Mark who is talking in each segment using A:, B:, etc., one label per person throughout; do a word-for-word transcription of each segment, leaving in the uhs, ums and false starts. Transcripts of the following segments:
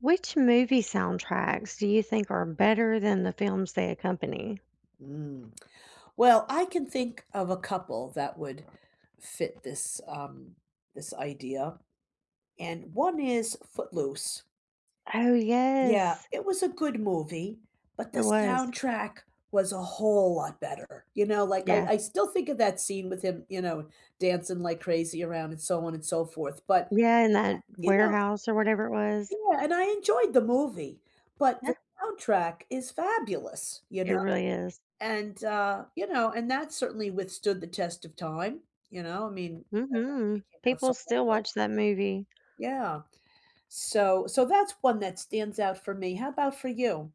A: Which movie soundtracks do you think are better than the films they accompany?
B: Mm. Well, I can think of a couple that would fit this um, this idea, and one is Footloose.
A: Oh,
B: Yeah,
A: yes.
B: it was a good movie, but the
A: It was.
B: soundtrack was a whole lot better. You know, like I,
A: Yeah.
B: I still think of that scene with him, you know, dancing like crazy around and so on and so forth. But
A: Yeah, in
B: uh,
A: that
B: you know,
A: warehouse or whatever it was.
B: yeah, and I enjoyed the movie, but the
A: Yeah,
B: soundtrack is fabulous. You
A: it
B: know.
A: really is.
B: And, uh, you know, and that certainly withstood the test of time, you know, I mean, it
A: Mhm.
B: came out so
A: People
B: long
A: still
B: ago.
A: watch that movie.
B: Yeah. So so that's one that stands out for me. How about for you?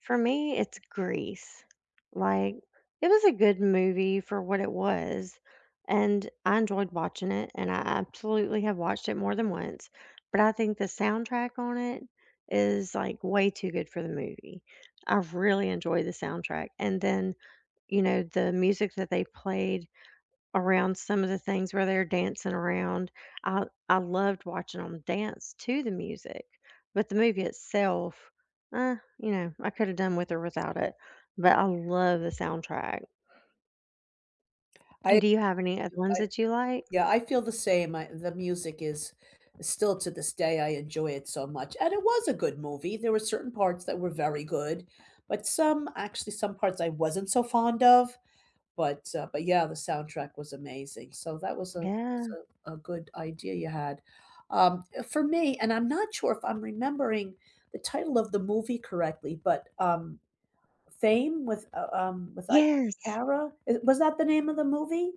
A: For me, it's Grease. Like, it was a good movie for what it was, and I enjoyed watching it, and I absolutely have watched it more than once, but I think the soundtrack on it is, like, way too good for the movie. I really enjoy the soundtrack, and then, you know, the music that they played around some of the things where they're dancing around. I I loved watching them dance to the music, but the movie itself, uh, you know, I could have done with or without it, but I love the soundtrack.
B: I
A: Do you have any other ones
B: I
A: that you like?
B: yeah, I feel the same. I The music is still to this day, I enjoy it so much. And it was a good movie. There were certain parts that were very good, but some actually some parts I wasn't so fond of. But, uh, but yeah, the soundtrack was amazing. So that was a was
A: Yeah.
B: a a good idea you had. Um, for me, and I'm not sure if I'm remembering the title of the movie correctly, but, um, Fame with, uh, um, with Irene
A: Yes.
B: Cara? Is Was that the name of the movie?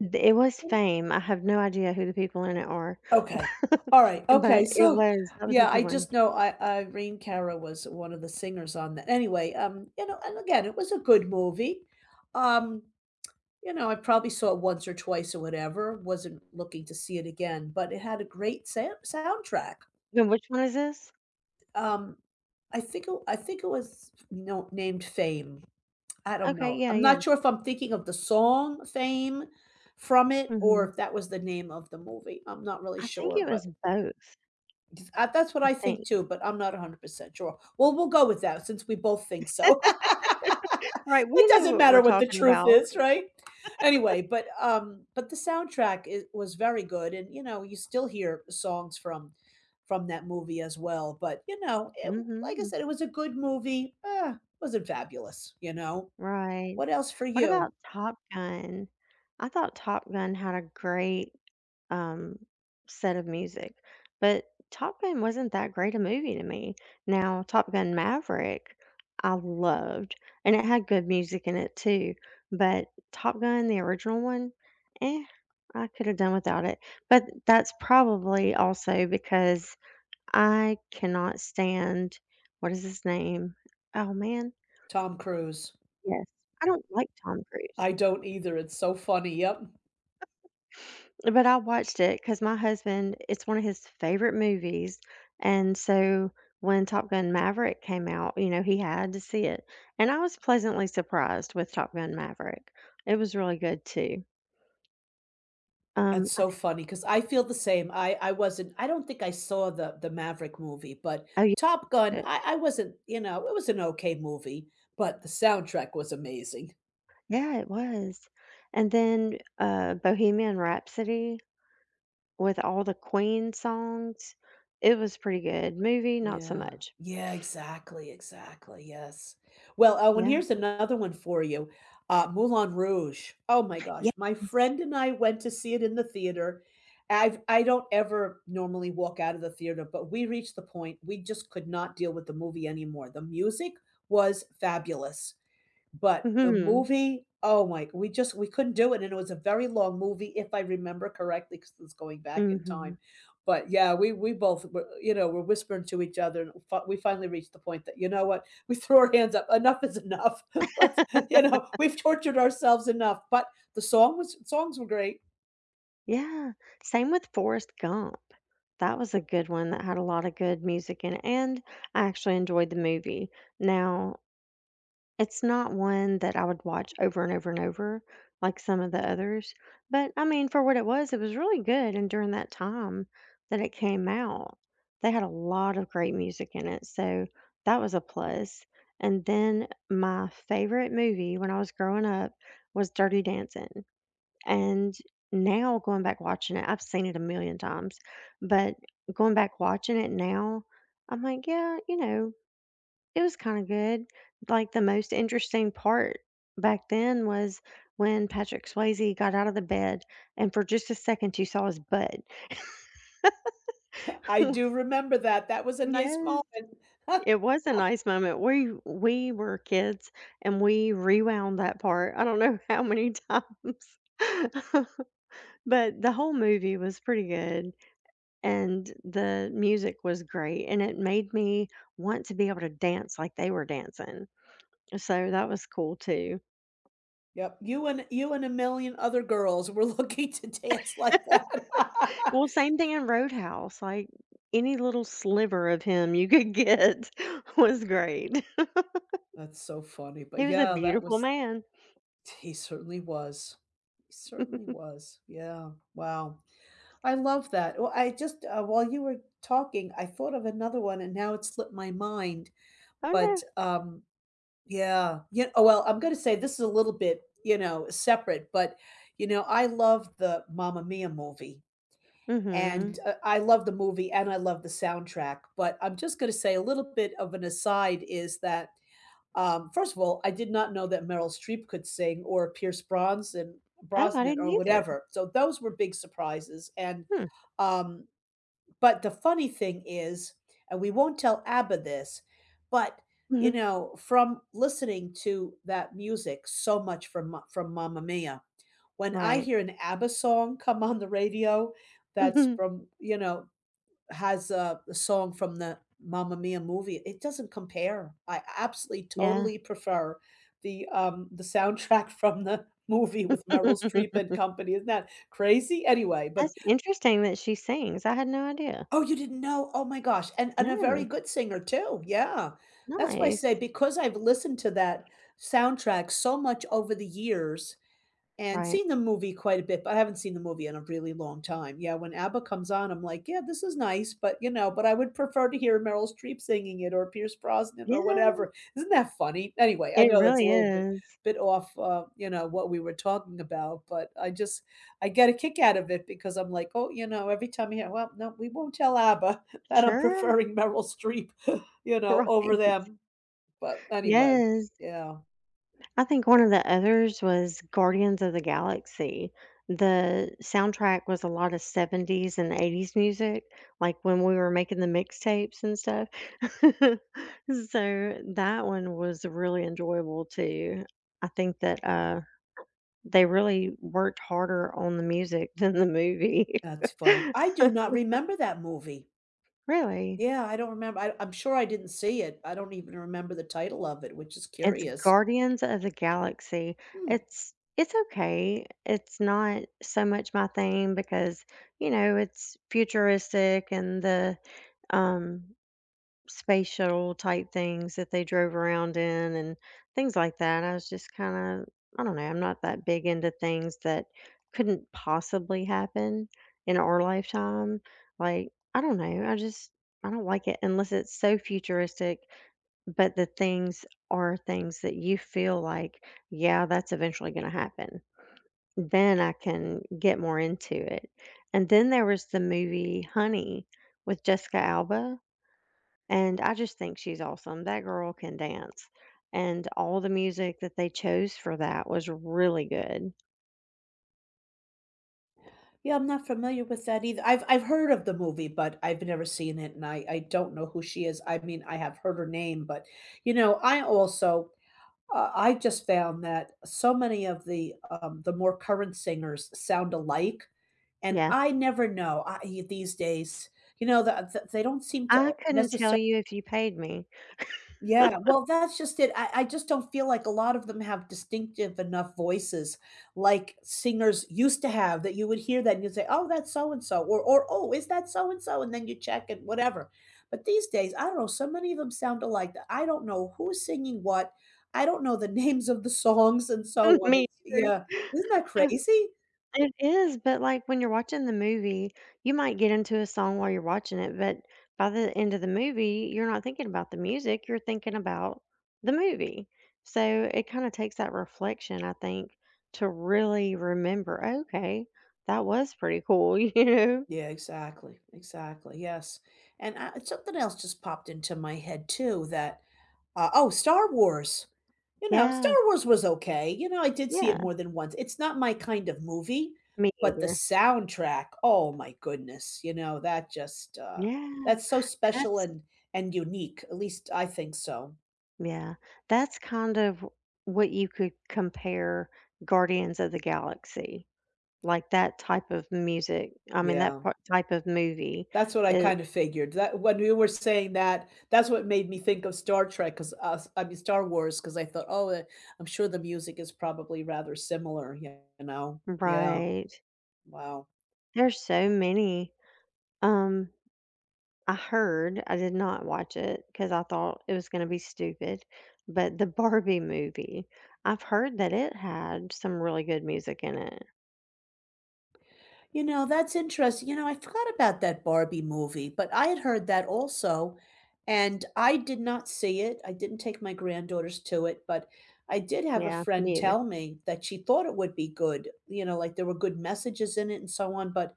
A: Th It was Fame. I have no idea who the people in it are,
B: Okay. Alright, okay,
A: but it
B: so
A: was that was a
B: yeah, I
A: good one.
B: just know I Irene Cara was one of the singers on that. Anyway, um, you know, and again, it was a good movie. Um, you know, I probably saw it once or twice or whatever, wasn't looking to see it again, but it had a great sam soundtrack.
A: Then which one is this?
B: Um, I think it I think it was, you named Fame. I don't
A: Okay,
B: know.
A: yeah,
B: I'm
A: yeah,
B: not sure if I'm thinking of the song Fame from it or
A: mhm.
B: if that was the name of the movie. I'm not really
A: I think
B: sure,
A: it
B: but
A: was both,
B: I, that's what
A: I
B: I think
A: think.
B: too, but I'm not one hundred percent sure. Well, we'll go with that since we both think so.
A: Right, we
B: It
A: know
B: doesn't
A: what
B: matter
A: we're
B: what the
A: talking
B: truth
A: about.
B: is, right? Anyway, but um but the soundtrack is, was very good, and you know, you still hear songs from from that movie as well, but you know, it, like I
A: Mhm,
B: said, it was a good movie. Uh, wasn't fabulous, you know?
A: right.
B: What else for
A: What
B: you,
A: about Top Gun? I thought Top Gun had a great, um, set of music, but Top Gun wasn't that great a movie to me. Now, Top Gun: Maverick, I loved, and it had good music in it too, but Top Gun, the original one, eh, I coulda done without it, but that's probably also because I cannot stand what is his name? Oh, man.
B: Tom Cruise?
A: Yes. I don't like Tom Cruise,
B: I don't either. It's so funny. Yep.
A: but I watched it because my husband it's one of his favorite movies, and so when Top Gun: Maverick came out, you know, he had to see it, and I was pleasantly surprised with Top Gun: Maverick. It was really good too. Um,
B: That's
A: I
B: so
A: thi
B: funny because I feel the same. I I wasn't I don't think I saw the the Maverick movie, but
A: oh, you
B: Top Gun,
A: watched it?
B: I I wasn't, you know, it was an okay movie, but the soundtrack was amazing.
A: Yeah, it was, and then, uh, Bohemian Rhapsody with all the Queen songs, it was pretty good. Movie, not so
B: Yeah.
A: much.
B: Yeah, exactly, exactly, yes. Well, oh, and
A: Yeah.
B: here's another one for you, uh, Moulin Rouge. Oh my gosh, my
A: Yes.
B: friend and I went to see it in the theater. I've I don't ever normally walk out of the theater, but we reached the point we just could not deal with the movie anymore. The music was fabulous. But the
A: Mhm.
B: movie, oh my, we just we couldn't do it, and it was a very long movie, if I remember correctly, because it's going back in
A: Mhm.
B: time. But, yeah, we we both were, you know, were whispering to each other, and fi we finally reached the point that, you know what? We threw our hands up, "Enough is enough. Let's" you know, "We've tortured ourselves enough." But the song was songs were great.
A: Yeah, same with Forrest Gump. That was a good one that had a lot of good music in it, and I actually enjoyed the movie. Now, it's not one that I would watch over and over and over like some of the others, but I mean, for what it was, it was really good. And during that time that it came out, they had a lot of great music in it, so that was a plus. And then my favorite movie when I was growing up was Dirty Dancing. And now going back watching it, I've seen it a million times, but going back watching it now, I'm like, yeah, you know, it was kind of good. Like the most interesting part back then was when Patrick Swayze got out of the bed and for just a second you saw his butt.
B: I do remember that. That was a nice
A: Yes,
B: moment.
A: it was a nice moment. We we were kids and we rewound that part. I don't know how many times. But the whole movie was pretty good. And the music was great and it made me want to be able to dance like they were dancing. So that was cool too.
B: Yep, you and you and a million other girls were looking to dance like that.
A: Well, same thing in Roadhouse, like any little sliver of him you could get was great.
B: That's so funny,
A: He
B: but
A: was a
B: yeah, that
A: beautiful
B: was
A: man.
B: he certainly was. He certainly was, yeah, wow. I love that. Well, I just, uh, while you were talking, I thought of another one and now it slipped my mind, but,
A: Oh
B: um, yeah, yeah oh, well, I'm gonna say this is a little bit, you know, separate, but, you know, I love the Mamma Mia movie,
A: no.
B: and,
A: Mhm.
B: uh, I love the movie and I love the soundtrack, but I'm just gonna say a little bit of an aside is that um, first of all, I did not know that Meryl Streep could sing, or Pierce Brosnan,
A: Oh, I
B: Brosnan
A: didn't
B: or
A: either.
B: whatever. So those were big surprises. And
A: Hmm.
B: um, but the funny thing is, and we won't tell ABBA this, but you
A: Mhm.
B: know, from listening to that music so much from Ma- from Mamma Mia, when I
A: Right.
B: hear an ABBA song come on the radio, that's
A: Mhm.
B: from, you know, has a a song from the Mamma Mia movie, it doesn't compare. I absolutely
A: Yeah.
B: totally prefer the, um, the soundtrack from the movie with Meryl Streep and company. Isn't that crazy? Anyway, but
A: That's interesting that she sings. I had no idea.
B: oh, you didn't know? Oh my gosh, and and a very
A: No,
B: good singer too, yeah. That's why I say,
A: nice.
B: because I've listened to that soundtrack so much over the years and
A: Right.
B: seen the movie quite a bit, but I haven't seen the movie in a really long time. Yeah, when ABBA comes on, I'm like, "Yeah, this is nice," but, you know, but I would prefer to hear Meryl Streep singing it, or Pierce Brosnan or
A: Yeah.
B: whatever. Isn't that funny? Anyway, I
A: It
B: know that's a
A: really
B: little bit
A: is.
B: bit off, uh, you know, what we were talking about, but I just I get a kick out of it because I'm like, "Oh," you know, every time I hear, "Well, no, we won't tell ABBA that I'm
A: Sure.
B: preferring Meryl Streep, you know, over
A: Right.
B: them." But anyway,
A: Yes.
B: yeah,
A: I think one of the others was Guardians of the Galaxy. The soundtrack was a lot of seventies and eighties music, like when we were making the mixtapes and stuff. So that one was really enjoyable too. I think that uh, they really worked harder on the music than the movie.
B: that's funny. I do not remember that movie.
A: Really.
B: Yeah, I don't remember. I I'm sure I didn't see it. I don't even remember the title of it, which is
A: It's
B: curious.
A: Guardians of the Galaxy.
B: Hmm.
A: It's it's okay. It's not so much my thing because, you know, it's futuristic and the um space shuttle type things that they drove around in and things like that. I was just kind of I don't know, I'm not that big into things that couldn't possibly happen in our lifetime. Like, I don't know. I just I don't like it unless it's so futuristic but the things are things that you feel like, yeah, that's eventually going to happen. Then I can get more into it. And then there was the movie Honey with Jessica Alba. And I just think she's awesome. That girl can dance. And all the music that they chose for that was really good.
B: Yeah, I'm not familiar with that either. I've I've heard of the movie, but I've never seen it, and I I don't know who she is. I mean, I have heard her name, but, you know, I also uh, I just found that so many of the, um, the more current singers sound alike, and
A: Yeah.
B: I never know, I these days, you know, that the the they don't seem
A: I
B: to
A: couldn't tell
B: necessarily
A: you if you paid me.
B: Yeah, well, that's just it. I I just don't feel like a lot of them have distinctive enough voices like singers used to have, that you would hear that and you'd say, "Oh, that's so and so," or or, "Oh, is that so and so?" And then you check and whatever. But these days, I don't know, so many of them sound alike that I don't know who's singing what. I don't know the names of the songs and so on.
A: Me
B: It's yeah. Isn't that
A: either.
B: crazy?
A: It is, but, like, when you're watching the movie, you might get into a song while you're watching it, but by the end of the movie, you're not thinking about the music, you're thinking about the movie. So, it kinda takes that reflection, I think, to really remember, "Okay, that was pretty cool," you know?
B: Yeah, exactly, exactly, yes, and, uh, something else just popped into my head too, that, uh, oh, Star Wars. You know, Star
A: Yeah,
B: Wars was okay. You know, I did see
A: yeah,
B: it more than once. It's not my kind of movie,
A: me
B: but the
A: either.
B: soundtrack, oh my goodness, you know, that just uh
A: Yeah,
B: that's so special
A: that's
B: and and unique. At least I think so.
A: yeah, that's kind of what you could compare Guardians of the Galaxy. Like that type of music, I mean, that
B: Yeah.
A: part type of movie
B: That's what I
A: is
B: kind of figured. That when we were saying that, that's what made me think of Star Trek, cuz uh, I mean Star Wars, cuz I thought, "Oh, uh, I'm sure the music is probably rather similar, you know." Yeah.
A: right.
B: Wow.
A: There's so many. Um, I heard, I did not watch it because I thought it was gonna be stupid, but the Barbie movie, I've heard that it had some really good music in it.
B: You know, that's interesting. You know, I forgot about that Barbie movie, but I had heard that also, and I did not see it. I didn't take my granddaughters to it, but I did have a
A: Yeah,
B: friend
A: me either.
B: tell me that she thought it would be good, you know, like there were good messages in it and so on, but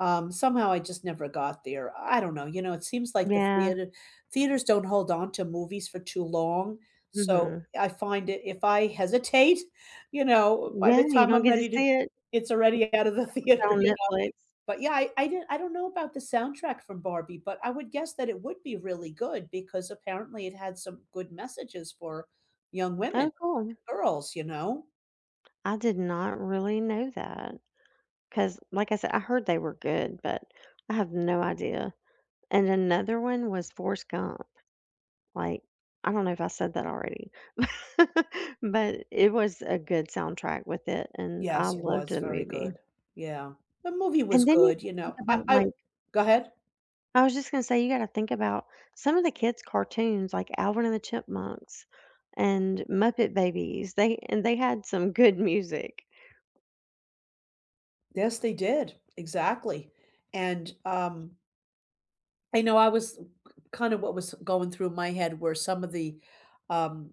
B: um, somehow I just never got there. I don't know. You know, it seems like the
A: Yeah,
B: theater theaters don't hold on to movies for too long. So
A: mhm.
B: I find it, if I hesitate, you know, by the
A: Yeah, you
B: time
A: don't
B: I'm
A: get to
B: ready to,
A: see it.
B: it's already out of the
A: It's
B: theater.
A: on Netflix.
B: But yeah, I, I didn't I don't know about the soundtrack from Barbie, but I would guess that it would be really good because apparently it had some good messages for young women,
A: Oh, cool.
B: girls, you know?
A: I did not really know that because, like I said, I heard they were good, but I have no idea. And another one was Forrest Gump. Like, I don't know if I said that already, but it was a good soundtrack with it, and I
B: Yes, it
A: loved
B: was
A: the
B: very
A: movie.
B: good. Yeah. The movie was
A: And then you
B: good,
A: gotta
B: you
A: think
B: know. I,
A: about,
B: I
A: like
B: go ahead.
A: I was just gonna say, you gotta think about some of the kids' cartoons, like Alvin and the Chipmunks and Muppet Babies. They and they had some good music.
B: Yes, they did. Exactly. And um, I know I was kind of what was going through my head were some of the um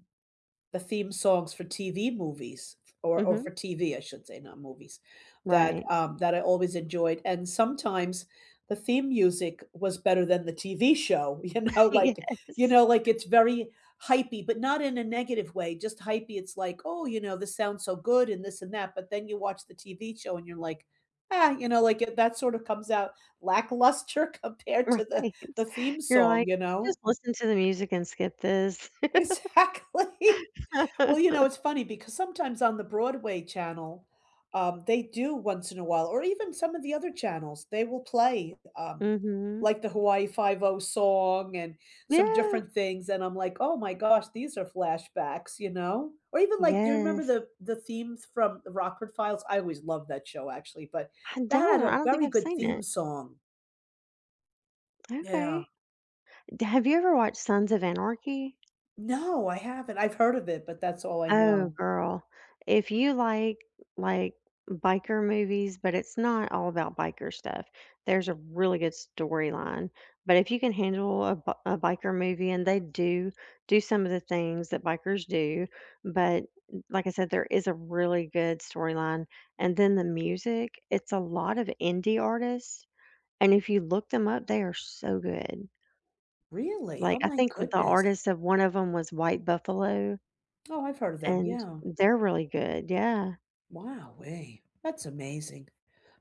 B: the theme songs for T V movies, or or
A: Mhm.
B: for T V, I should say, not movies, that,
A: Right.
B: um, that I always enjoyed, and sometimes the theme music was better than the T V show, you know, like you
A: Yes.
B: know, like, it's very hypey, but not in a negative way, just hypey, it's like, "Oh, you know, this sounds so good and this and that," but then you watch the T V show and you're like, "Ah," you know, like, it that sort of comes out lackluster compared to the
A: Right.
B: the theme
A: You're
B: song,
A: like,
B: you know?
A: "Just listen to the music and skip this."
B: Exactly. Well, you know, it's funny because sometimes on the Broadway channel, um, they do once in a while, or even some of the other channels, they will play, um,
A: Mhm.
B: like the Hawaii Five O song and some
A: Yeah.
B: different things, and I'm like, "Oh my gosh, these are flashbacks," you know? Or even like, do you remember
A: Yes.
B: the the themes from the Rockford Files? I always loved that show actually, but
A: I
B: that
A: don't.
B: had
A: I
B: a
A: don't think
B: very
A: I've
B: good
A: seen
B: theme
A: it.
B: song. Yeah.
A: Okay. D- Have you ever watched Sons of Anarchy?
B: No, I haven't. I've heard of it, but that's all I
A: Oh,
B: know.
A: girl. If you like like biker movies, but it's not all about biker stuff. There's a really good storyline. But if you can handle a, bi- a biker movie and they do do some of the things that bikers do, but like I said there is a really good storyline and then the music, it's a lot of indie artists. And if you look them up, they are so good.
B: Really?
A: Like,
B: Oh
A: I
B: my
A: think with the
B: goodness.
A: artist of one of them was White Buffalo,
B: Oh, I've heard of them,
A: and
B: yeah.
A: they're really good, yeah.
B: Wow, way. That's amazing.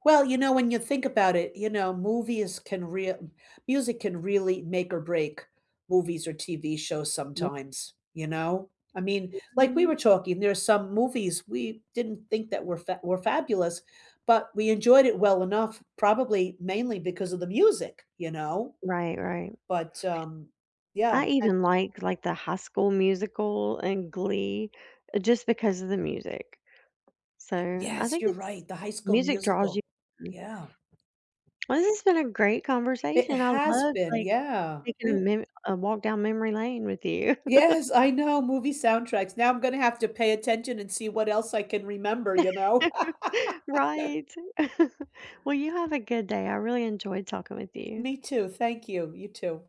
B: Well, you know, when you think about it, you know, movies can real music can really make or break movies or T V shows sometimes, you know? I mean, like we
A: Mhm.
B: were talking, there are some movies we didn't think that were fa were fabulous, but we enjoyed it well enough, probably mainly because of the music, you know?
A: Right, right.
B: But, um, yeah,
A: I
B: and
A: even like like the High School Musical and Glee, uh, just because of the music. So, I
B: yes,
A: think
B: you're
A: it's
B: right, The High School
A: music draws
B: Musical.
A: you in.
B: Yeah.
A: Well, this has been a great
B: It
A: conversation. I
B: has
A: love
B: been,
A: like,
B: yeah.
A: taking a
B: We
A: mem a walk down memory lane with you.
B: yes, I know, movie soundtracks. Now I'm gonna have to pay attention and see what else I can remember, you know?
A: Right. Well, you have a good day. I really enjoyed talking with you.
B: Me too, thank you. You too.